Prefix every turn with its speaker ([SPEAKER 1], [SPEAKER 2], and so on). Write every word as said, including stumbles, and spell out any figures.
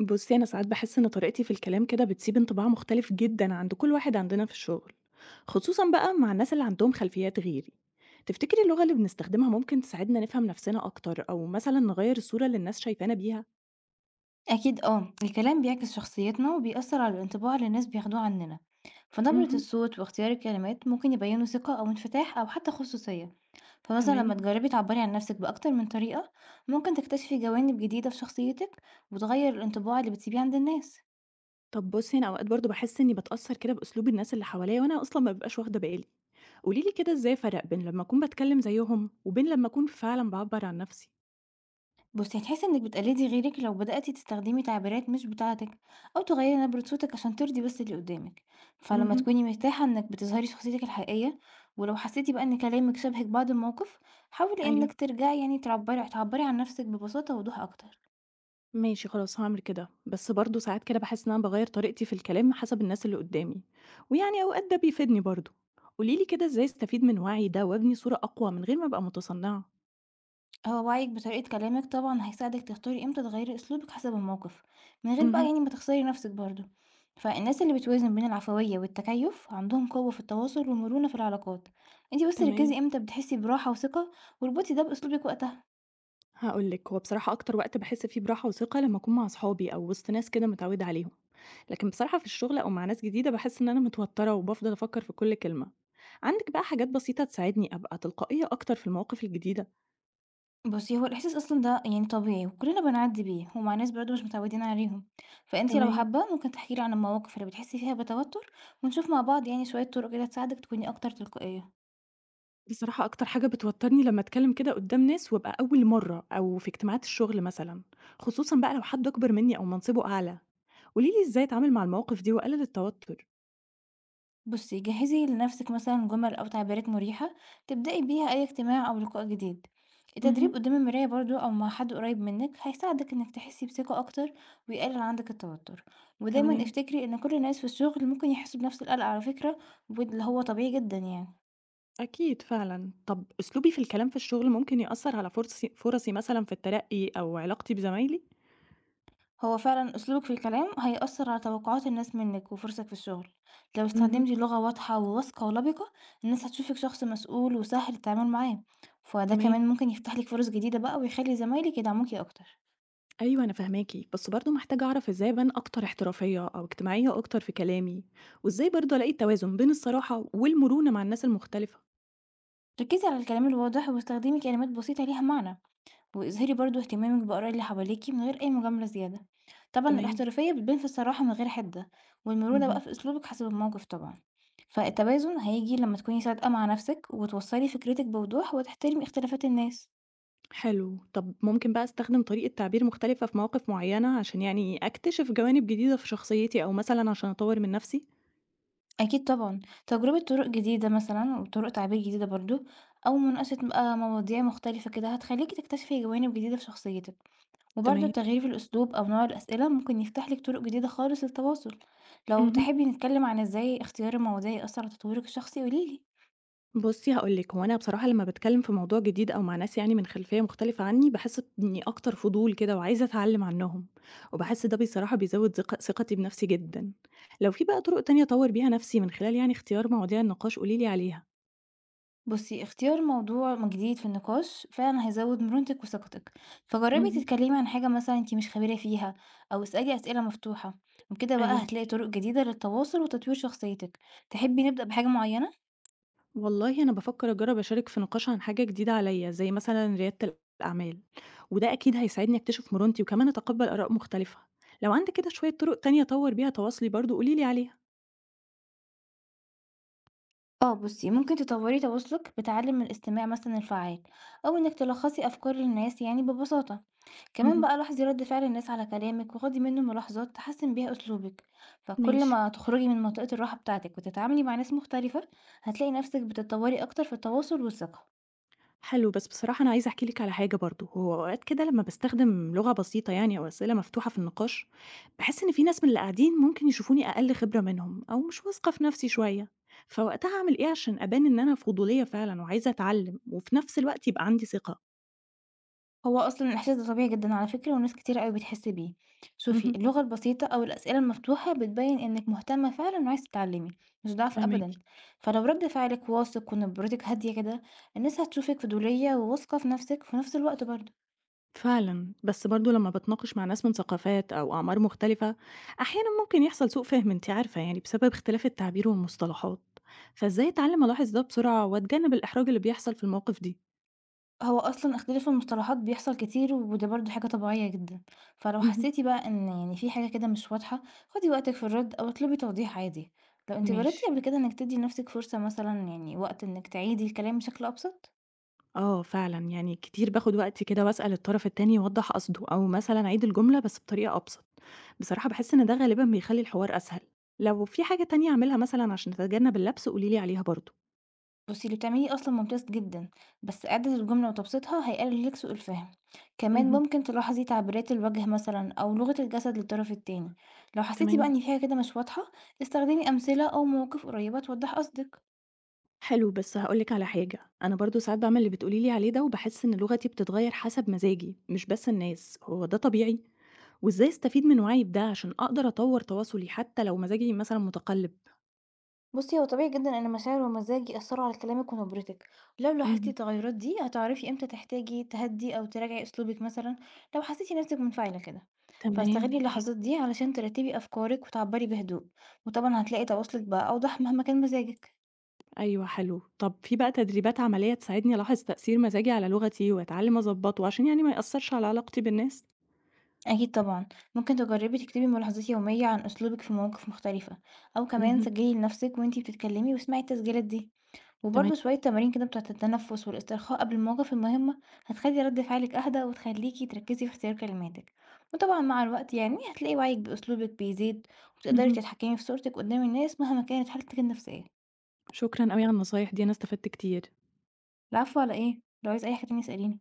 [SPEAKER 1] بُصّي، أنا ساعات باحس إن طريقتي في الكلام كده بتسيب انطباع مختلف جدًا عند كل واحد عندنا في الشغل، خصوصًا بقى مع الناس اللي عندهم خلفيات غيري. تفتكري اللغة اللي بنستخدمها ممكن تساعدنا نفهم نفسنا أكتر أو مثلًا نغيّر الصورة اللي الناس شايفانا بيها؟
[SPEAKER 2] أكيد، آه الكلام بيعكس شخصيتنا وبيأثر على الانطباع اللي الناس بياخدوه عننا. فنبرة
[SPEAKER 1] اهم،
[SPEAKER 2] الصوت واختيار الكلمات ممكن يبينوا ثقة أو انفتاح أو حتى خصوصية. فمثلا لما
[SPEAKER 1] تمام.
[SPEAKER 2] تجربي تعبري عن نفسك بأكتر من طريقة، ممكن تكتشفي جوانب جديدة في شخصيتك وتغير الانطباع اللي بتسيبيه عند الناس.
[SPEAKER 1] طب بُصّي، أنا أوقات برضه باحس إني باتأثّر كده بأسلوب الناس اللي حواليّا وأنا أصلًا ما بابقاش واخدة بالي. قولي لي كده إزاي أفرّق بين لمّا أكون باتكلم زيّهم وبين لمّا أكون فعلًا باعبّر عن نفسي؟
[SPEAKER 2] بصي، هتحسي انك بتقلدي غيرك لو بدأتي تستخدمي تعبيرات مش بتاعتك او تغيري نبرة صوتك عشان ترضي بس اللي قدامك. فلما
[SPEAKER 1] اهم،
[SPEAKER 2] تكوني مرتاحة انك بتظهري شخصيتك الحقيقية ولو حسيتي بقى ان كلامك شبهك بعد الموقف، حاولي
[SPEAKER 1] أيوه.
[SPEAKER 2] انك ترجعي يعني تعبري تعبري عن نفسك ببساطة ووضوح اكتر.
[SPEAKER 1] ماشي خلاص هاعمل كده، بس برضه ساعات كده باحس إن أنا باغيّر طريقتي في الكلام حسب الناس اللي قدّامي، ويعني أوقات ده بيفيدني برضه. قولي لي كده إزاي أستفيد من وعيي ده وأبني صورة أقوى من غير ما أبقى متصنعة؟
[SPEAKER 2] هو وعيك بطريقة كلامِك طبعًا هيساعدِك تختاري إمتى تغيّري أسلوبِك حسب الموقف، من غير بقى
[SPEAKER 1] اهم،
[SPEAKER 2] يعني ما تخسري نفسِك برضه. فالناس اللي بتوازن بين العفوية والتكيُّف عندهم قوة في التواصل ومرونة في العلاقات، أنتِ بس
[SPEAKER 1] تمام.
[SPEAKER 2] ركّزي إمتى بتحسي براحة وثقة واربطي ده بأسلوبِك وقتها.
[SPEAKER 1] هاقول لِك، هو بصراحة أكتر وقت باحس فيه براحة وثقة لمّا أكون مع صحابي أو وسط ناس كده متعودة عليهم، لكن بصراحة في الشغل أو مع ناس جديدة باحس إن أنا متوترة وبافضل أفكر في كل كلمة. عندِك بقى حاجات بسيطة تساعدني أبقى تلقائية أكتر في المواقف الجديدة؟
[SPEAKER 2] بُصّي، هو الإحساس أصلًا ده يعني طبيعي وكلنا بنعدّي بيه ومع ناس برضه مش متعودين عليهم، فأنتِ لو
[SPEAKER 1] تمام.
[SPEAKER 2] حابة ممكن تحكي لي عن المواقف اللي بتحسي فيها بتوتر ونشوف مع بعض يعني شوية طُرق كده تساعدِك تكوني أكتر تلقائية.
[SPEAKER 1] بصراحة أكتر حاجة بتوتّرني لمّا أتكلّم كده قدّام ناس وأبقى أول مرّة أو في اجتماعات الشغل مثلًا، خصوصًا بقى لو حد أكبر منّي أو منصبه أعلى. قولي لي إزاي أتعامل مع المواقف دي وأقلل التوتّر؟
[SPEAKER 2] بصي، جهزي لنفسك مثلا جمل أو تعبيرات مريحة تبدأي بيها أي اجتماع أو لقاء جديد. التدريب
[SPEAKER 1] اهم.
[SPEAKER 2] قدام المراية برضو أو مع حد قريب منك هيساعدك إنك تحسي بثقة أكتر ويقلل عندك التوتر. ودايما
[SPEAKER 1] تمام،
[SPEAKER 2] افتكري إن كل الناس في الشغل ممكن يحسوا بنفس القلق على فكرة، واللي هو طبيعي جدا يعني.
[SPEAKER 1] أكيد فعلًا. طَب أسلوبي في الكلام في الشغل ممكن يأثّر على فرصي فرصي مثلًا في الترقّي أو علاقتي بزمايلي؟
[SPEAKER 2] هو فعلًا أسلوبِك في الكلام هيأثّر على توقعات الناس منِّك وفرصِك في الشغل، لو استخدمتِ
[SPEAKER 1] اهم.
[SPEAKER 2] لغة واضحة وواثقة ولبِقة، الناس هتشوفِك شخص مسؤول وسهل التعامل معاه، فده
[SPEAKER 1] تمام،
[SPEAKER 2] كمان ممكن يفتح لِك فرص جديدة بقى ويخلّي زمايلِك يدعموكِ أكتر.
[SPEAKER 1] أيوه أنا فاهماكِ، بس برضه محتاجة أعرف إزاي أبان أكتر احترافية أو اجتماعية أكتر في كلامي، وإزاي برضه ألاقي التوازن بين الصراحة والمرونة مع الناس المختلفة؟
[SPEAKER 2] ركّزي على الكلام الواضح واستخدمي كلمات بسيطة ليها معنى. واظهري برضه اهتمامِك بآراء اللي حواليكِ من غير أي مجاملة زيادة. طبعًا
[SPEAKER 1] تمام،
[SPEAKER 2] الاحترافية بتبان في الصراحة من غير حِدة، والمرونة بقى
[SPEAKER 1] اهم.
[SPEAKER 2] في أسلوبِك حسب الموقف طبعًا. فالتوازن هييجي لمّا تكوني صادقة مع نَفْسِك، وتوصّلي فكرتِك بوضوح، وتحترمي اختلافات الناس.
[SPEAKER 1] حلو. طب ممكن بقى أستخدم طريقة تعبير مختلفة في مواقف معيّنة عشان يعني أكتشف جوانب جديدة في شخصيتي أو مثلًا عشان أطوّر من نفسي؟
[SPEAKER 2] أكيد طبعًا، تجربة طرق جديدة مثلًا وطرق تعبير جديدة برضه، أو مناقشة بقى مواضيع مختلفة كده، هتخلّيكِ تكتشفي جوانب جديدة في شخصيتِك. وبرضه
[SPEAKER 1] تمام.
[SPEAKER 2] التغيير في الأسلوب أو نوع الأسئلة ممكن يفتح لك طرق جديدة خالص للتواصل. لو
[SPEAKER 1] اهم.
[SPEAKER 2] تحبي نتكلم عن ازاي اختيار المواضيع يأثر على تطويرك الشخصي قوليلي.
[SPEAKER 1] بُصّي هاقول لِك، هو أنا بصراحة لمّا باتكلّم في موضوع جديد أو مع ناس يعني من خلفية مختلفة عنّي، باحس إنّي أكتر فضول كده وعايزة أتعلّم عنّهم، وباحس ده بصراحة بيزوّد ثق ثقتي بنفسي جدًا. لو في بقى طُرق تانية أطوّر بيها نفسي من خلال يعني اختيار مواضيع النقاش قولي لي عليها.
[SPEAKER 2] بصي، اختيار موضوع جديد في النقاش فعلا هيزود مرونتك وثقتك. فجربي
[SPEAKER 1] اهم.
[SPEAKER 2] تتكلمي عن حاجة مثلا انتي مش خبيرة فيها أو اسألي أسئلة مفتوحة، وبكده بقى
[SPEAKER 1] أيوه.
[SPEAKER 2] هتلاقي طرق جديدة للتواصل وتطوير شخصيتك. تحبي نبدأ بحاجة معينة؟
[SPEAKER 1] والله أنا بافكر أجرّب أشارك في نقاش عن حاجة جديدة عليَّ، زي مثلًا ريادة الأعمال، وده أكيد هيساعدني أكتشف مرونتي وكمان أتقبّل آراء مختلفة. لو عندك كده شوية طُرق تانية أطوّر بيها تواصلي برضه قولي لي عليها.
[SPEAKER 2] اه، بصي ممكن تطوري تواصلك بتعلم الاستماع مثلا الفعال او انك تلخصي افكار الناس يعني ببساطة. كمان
[SPEAKER 1] اهم،
[SPEAKER 2] بقى لاحظي رد فعل الناس على كلامك وخدي منه ملاحظات تحسن بيها اسلوبك. فكل
[SPEAKER 1] ماشي.
[SPEAKER 2] ما تخرجي من منطقة الراحة بتاعتك وتتعاملي مع ناس مختلفة، هتلاقي نفسك بتتطوري اكتر في التواصل والثقة.
[SPEAKER 1] حلو، بس بصراحة أنا عايزة أحكي لِك على حاجة برضه، هو أوقات كده لمّا باستخدم لغة بسيطة يعني أو أسئلة مفتوحة في النقاش، باحس إن في ناس من اللي قاعدين ممكن يشوفوني أقل خبرة منهم أو مش واثقة في نفسي شوية، فوقتها أعمل إيه عشان أبان إن أنا فضولية فعلًا وعايزة أتعلم وفي نفس الوقت يبقى عندي ثقة؟
[SPEAKER 2] هو أصلًا الإحساس ده طبيعي جدًا على فكرة، وناس كتيرة أوي بتحس بيه. شوفي،
[SPEAKER 1] اهم.
[SPEAKER 2] اللغة البسيطة أو الأسئلة المفتوحة بتبين إنِك مهتمة فعلًا وعايزة تتعلمي، مش ضعف
[SPEAKER 1] فاهماكِ،
[SPEAKER 2] أبدًا. فلو رد فعلك واثق ونبرتِك هادية كده، الناس هتشوفِك فضولية وواثقة في نفسِك في نفس الوقت برضه.
[SPEAKER 1] فعلًا، بس برضه لمّا باتناقش مع ناس من ثقافات أو أعمار مختلفة، أحيانًا ممكن يحصل سوء فهم أنتِ عارفة يعني بسبب اختلاف التعبير والمصطلحات، فإزاي أتعلم ألاحظ ده بسرعة وأتجنب الإحراج اللي بيحصل في المواقف دي؟
[SPEAKER 2] هو أصلًا اختلاف المصطلحات بيحصل كتير، وده برضه حاجة طبيعية جدًا. فلو
[SPEAKER 1] اهم،
[SPEAKER 2] حسيتِ بقى إن يعني في حاجة كده مش واضحة، خدي وقتِك في الرد أو اطلبي توضيح عادي. لو أنتِ جربتِ
[SPEAKER 1] ماشي،
[SPEAKER 2] قبل كده إنِك تدي لنفسِك فرصة مثلًا يعني وقت إنِك تعيدي الكلام بشكل أبسط؟
[SPEAKER 1] آه فعلًا، يعني كتير باخد وقتي كده وأسأل الطرف التاني يوضّح قصده، أو مثلًا أعيد الجملة بس بطريقة أبسط، بصراحة باحس إن ده غالبًا بيخلّي الحوار أسهل، لو في حاجة تانية أعملها مثلًا عشان أتجنب اللبس قولي لي عليها برضه.
[SPEAKER 2] بُصّي، اللي بتعمليه أصلًا ممتاز جدًا، بس إعادة الجملة وتبسيطها هيقلل لِك سوء الفهم. كمان
[SPEAKER 1] اهم،
[SPEAKER 2] ممكن تلاحظي تعبيرات الوجه مثلًا أو لغة الجسد للطرف التاني. لو حسيتِ بقى
[SPEAKER 1] تمام.
[SPEAKER 2] إن فيها كده مش واضحة، استخدمي أمثلة أو مواقف قريبة توضح قصدِك.
[SPEAKER 1] حلو، بس هاقول لِك على حاجة، أنا برضه ساعات باعمل اللي بتقولي لي عليه ده وباحس إن لغتي بتتغيّر حسب مزاجي مش بس الناس، هو ده طبيعي؟ وإزاي أستفيد من وعيي بده عشان أقدر أطوّر تواصلي حتى لو مزاجي مثلًا متقلِّب؟
[SPEAKER 2] بُصّي، هو طبيعي جدًا إن المشاعر والمزاج يأثروا على كلامِك ونبرتِك. لو لاحظتِ
[SPEAKER 1] اهم،
[SPEAKER 2] التغيرات دي، هتعرفي إمتى تحتاجي تهدّي أو تراجعي أسلوبِك مثلًا لو حسيتِ نفسِك منفعلة كده.
[SPEAKER 1] تمام،
[SPEAKER 2] فاستغلي اللحظات دي علشان ترتبي أفكارِك وتعبّري بهدوء، وطبعًا هتلاقي تواصلِك بقى أوضح مهما كان مزاجِك.
[SPEAKER 1] أيوه حلو. طب في بقى تدريبات عملية تساعدني ألاحظ تأثير مزاجي على لغتي وأتعلّم أضبّطه عشان يعني ما يأثّرش على علاقتي بالناس؟
[SPEAKER 2] أكيد طبعًا، ممكن تجربي تكتبي ملاحظات يومية عن أسلوبِك في مواقف مختلفة، أو كمان
[SPEAKER 1] اهم،
[SPEAKER 2] سجلي لنفسِك وأنتِ بتتكلمي واسمعي التسجيلات دي،
[SPEAKER 1] تمام،
[SPEAKER 2] وبرضه شوية تمارين كده بتاعة التنفس والاسترخاء قبل المواقف المهمة، هتخلي رد فعلِك أهدى وتخليكِ تركزي في اختيار كلماتِك، وطبعًا مع الوقت يعني هتلاقي وعيِك بأسلوبِك بيزيد، وتقدري
[SPEAKER 1] اهم.
[SPEAKER 2] تتحكمي في صورتِك قدام الناس مهما كانت حالتِك النفسية.
[SPEAKER 1] شكرًا أوي على النصايح دي، أنا استفدت كتير.
[SPEAKER 2] العفو على إيه؟ لو عايزة أي حاجة تانية اسأليني.